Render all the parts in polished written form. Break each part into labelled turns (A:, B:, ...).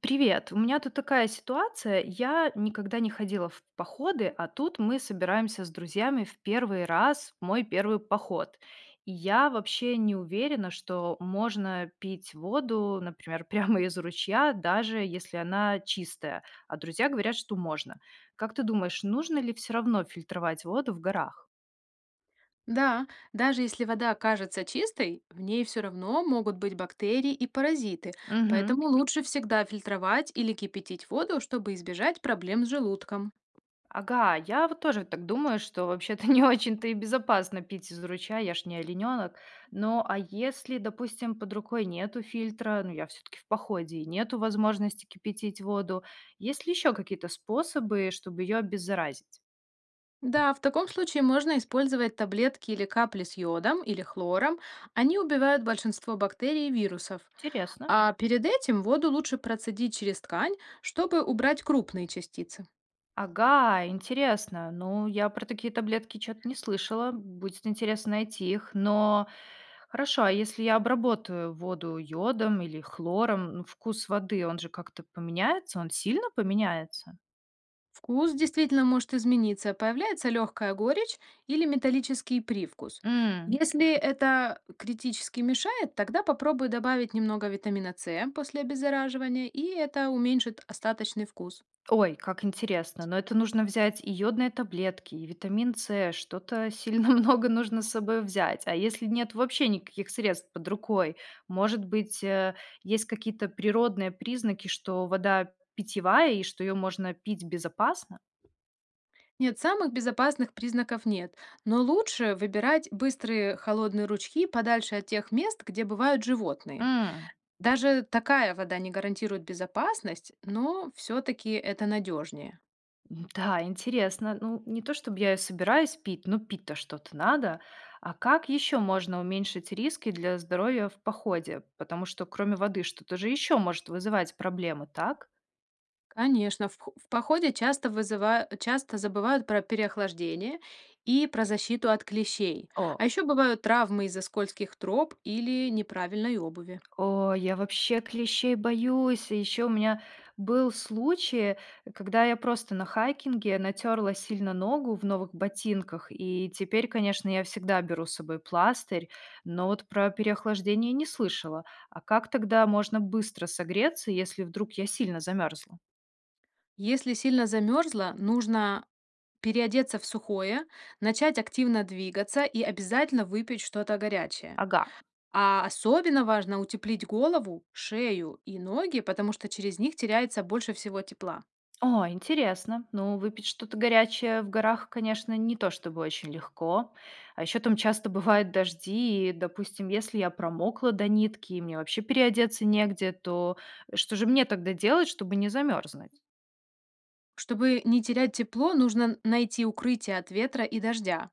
A: Привет, у меня тут такая ситуация. Я никогда не ходила в походы, а тут мы собираемся с друзьями в первый раз, в мой первый поход. И я вообще не уверена, что можно пить воду, например, прямо из ручья, даже если она чистая. А друзья говорят, что можно. Как ты думаешь, нужно ли все равно фильтровать воду в горах?
B: Да, даже если вода кажется чистой, в ней все равно могут быть бактерии и паразиты,
A: Мгм.
B: поэтому лучше всегда фильтровать или кипятить воду, чтобы избежать проблем с желудком.
A: Ага, я вот тоже так думаю, что вообще-то не очень-то и безопасно пить из ручья, я ж не олененок. Но а если, допустим, под рукой нету фильтра, ну я все-таки в походе, и нету возможности кипятить воду, есть ли еще какие-то способы, чтобы ее обеззаразить?
B: Да, в таком случае можно использовать таблетки или капли с йодом или хлором. Они убивают большинство бактерий и вирусов.
A: Интересно.
B: А перед этим воду лучше процедить через ткань, чтобы убрать крупные частицы.
A: Ага, интересно. Ну, я про такие таблетки чё-то не слышала. Будет интересно найти их. Но хорошо, а если я обработаю воду йодом или хлором, ну, вкус воды, он же как-то поменяется? Он сильно поменяется?
B: Вкус действительно может измениться, появляется легкая горечь или металлический привкус.
A: М.
B: Если это критически мешает, тогда попробуй добавить немного витамина С после обеззараживания, и это уменьшит остаточный вкус.
A: Ой, как интересно. Но это нужно взять и йодные таблетки, и витамин С. Что-то сильно много нужно с собой взять. А если нет вообще никаких средств под рукой, может быть, есть какие-то природные признаки, что вода питьевая и что ее можно пить безопасно?
B: Нет, самых безопасных признаков нет, но лучше выбирать быстрые холодные ручьи подальше от тех мест, где бывают животные.
A: М,
B: Даже такая вода не гарантирует безопасность, но все-таки это надежнее.
A: да, интересно. Ну, не то чтобы я ее собираюсь пить, но пить-то что-то надо. А как еще можно уменьшить риски для здоровья в походе? Потому что кроме воды что-то же еще может вызывать проблемы, так?
B: Конечно, в походе часто часто забывают про переохлаждение и про защиту от клещей. А
A: О,
B: еще бывают травмы из-за скользких троп или неправильной обуви.
A: о, я вообще клещей боюсь. И еще у меня был случай, когда я просто на хайкинге натерла сильно ногу в новых ботинках. И теперь, конечно, я всегда беру с собой пластырь, но вот про переохлаждение не слышала. А как тогда можно быстро согреться, если вдруг я сильно замерзла?
B: Если сильно замерзла, нужно переодеться в сухое, начать активно двигаться и обязательно выпить что-то горячее.
A: Ага.
B: А особенно важно утеплить голову, шею и ноги, потому что через них теряется больше всего тепла.
A: О, интересно. Ну, выпить что-то горячее в горах, конечно, не то чтобы очень легко. А еще там часто бывают дожди, и, допустим, если я промокла до нитки, и мне вообще переодеться негде, то что же мне тогда делать, чтобы не замерзнуть?
B: Чтобы не терять тепло, нужно найти укрытие от ветра и дождя.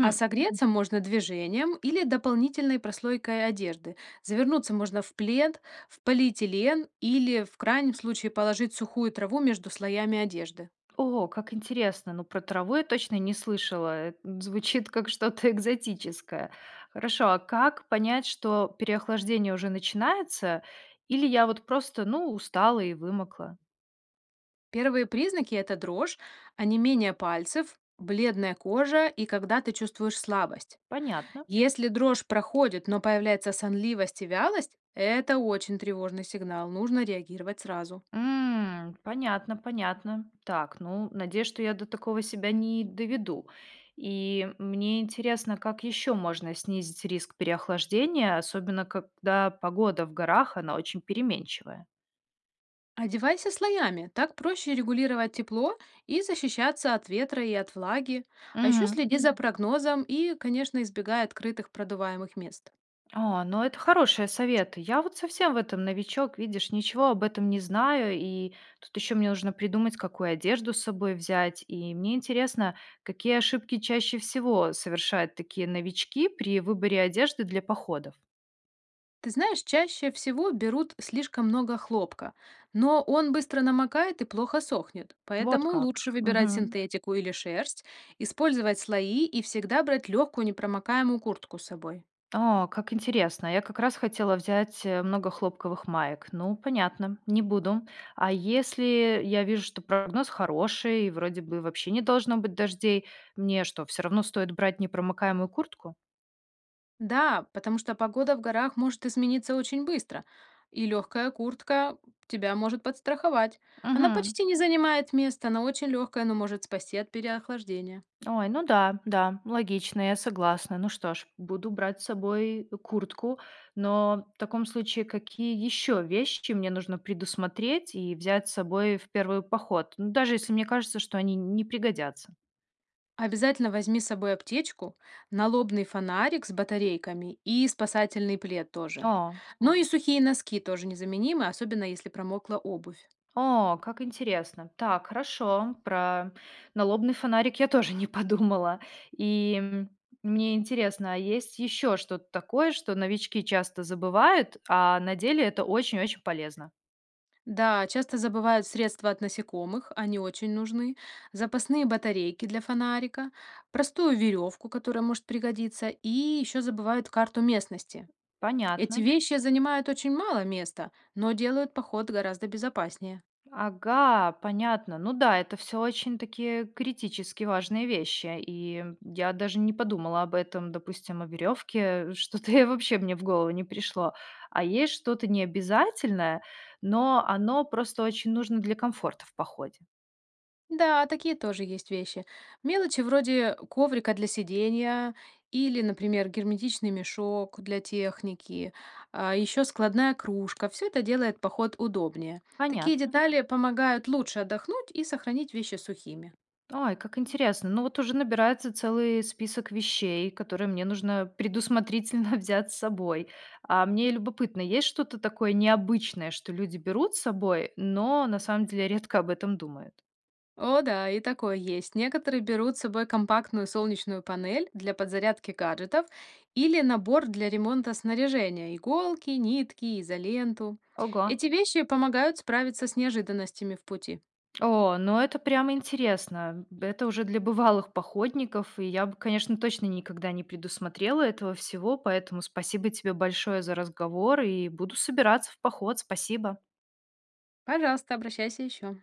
B: А согреться можно движением или дополнительной прослойкой одежды. Завернуться можно в плед, в полиэтилен или, в крайнем случае, положить сухую траву между слоями одежды.
A: О, как интересно. Ну, про траву я точно не слышала. Звучит как что-то экзотическое. Хорошо, а как понять, что переохлаждение уже начинается, или я вот просто, ну, устала и вымокла?
B: Первые признаки– это дрожь, онемение пальцев, бледная кожа и когда ты чувствуешь слабость.
A: Понятно.
B: Если дрожь проходит, но появляется сонливость и вялость, это очень тревожный сигнал, нужно реагировать сразу.
A: М, понятно, понятно. Так, ну, надеюсь, что я до такого себя не доведу. И мне интересно, как еще можно снизить риск переохлаждения, особенно когда погода в горах, она очень переменчивая.
B: Одевайся слоями, так проще регулировать тепло и защищаться от ветра и от влаги. А еще
A: Мгм.
B: следи за Мгм. Прогнозом и, конечно, избегай открытых продуваемых мест.
A: А, ну это хорошие советы. Я вот совсем в этом новичок, видишь, ничего об этом не знаю, и тут еще мне нужно придумать, какую одежду с собой взять. И мне интересно, какие ошибки чаще всего совершают такие новички при выборе одежды для походов.
B: Ты знаешь, чаще всего берут слишком много хлопка, но он быстро намокает и плохо сохнет,
A: Вот
B: поэтому
A: как.
B: лучше выбирать
A: Мгм.
B: синтетику или шерсть, использовать слои и всегда брать легкую непромокаемую куртку с собой.
A: О, как интересно. Я как раз хотела взять много хлопковых маек. Ну, понятно, не буду. А если я вижу, что прогноз хороший, и вроде бы вообще не должно быть дождей, мне что, все равно стоит брать непромокаемую куртку?
B: Да, потому что погода в горах может измениться очень быстро, и легкая куртка тебя может подстраховать. Она
A: Угу.
B: почти не занимает места, она очень легкая, но может спасти от переохлаждения.
A: Ой, ну да, да, логично, я согласна. Ну что ж, буду брать с собой куртку, но в таком случае какие еще вещи мне нужно предусмотреть и взять с собой в первый поход? Ну, даже если мне кажется, что они не пригодятся.
B: Обязательно возьми с собой аптечку, налобный фонарик с батарейками и спасательный плед тоже.
A: О,
B: Ну и сухие носки тоже незаменимы, особенно если промокла обувь.
A: о, как интересно. Так, хорошо, про налобный фонарик я тоже не подумала. И м, мне интересно, а есть еще что-то такое, что новички часто забывают, а на деле это очень-очень полезно?
B: Да, часто забывают средства от насекомых, они очень нужны, запасные батарейки для фонарика, простую веревку, которая может пригодиться, и еще забывают карту местности. Эти
A: Понятно.
B: вещи занимают очень мало места, но делают поход гораздо безопаснее.
A: Ага, понятно. Ну да, это все очень такие критически важные вещи. И я даже не подумала об этом, допустим, о веревке. Что-то и вообще мне в голову не пришло. А есть что-то необязательное, но оно просто очень нужно для комфорта в походе.
B: Да, такие тоже есть вещи. Мелочи вроде коврика для сидения или, например, герметичный мешок для техники, а еще складная кружка. Все это делает поход удобнее. Такие
A: Понятно.
B: детали помогают лучше отдохнуть и сохранить вещи сухими.
A: Ай, как интересно. Ну вот уже набирается целый список вещей, которые мне нужно предусмотрительно взять с собой. А мне любопытно, есть что-то такое необычное, что люди берут с собой, но на самом деле редко об этом думают?
B: О да, и такое есть. Некоторые берут с собой компактную солнечную панель для подзарядки гаджетов или набор для ремонта снаряжения, иголки, нитки, изоленту.
A: Ого.
B: Эти вещи помогают справиться с неожиданностями в пути.
A: О, ну это прямо интересно. Это уже для бывалых походников, и я бы, конечно, точно никогда не предусмотрела этого всего, поэтому спасибо тебе большое за разговор, и буду собираться в поход. Спасибо.
B: Пожалуйста, обращайся еще.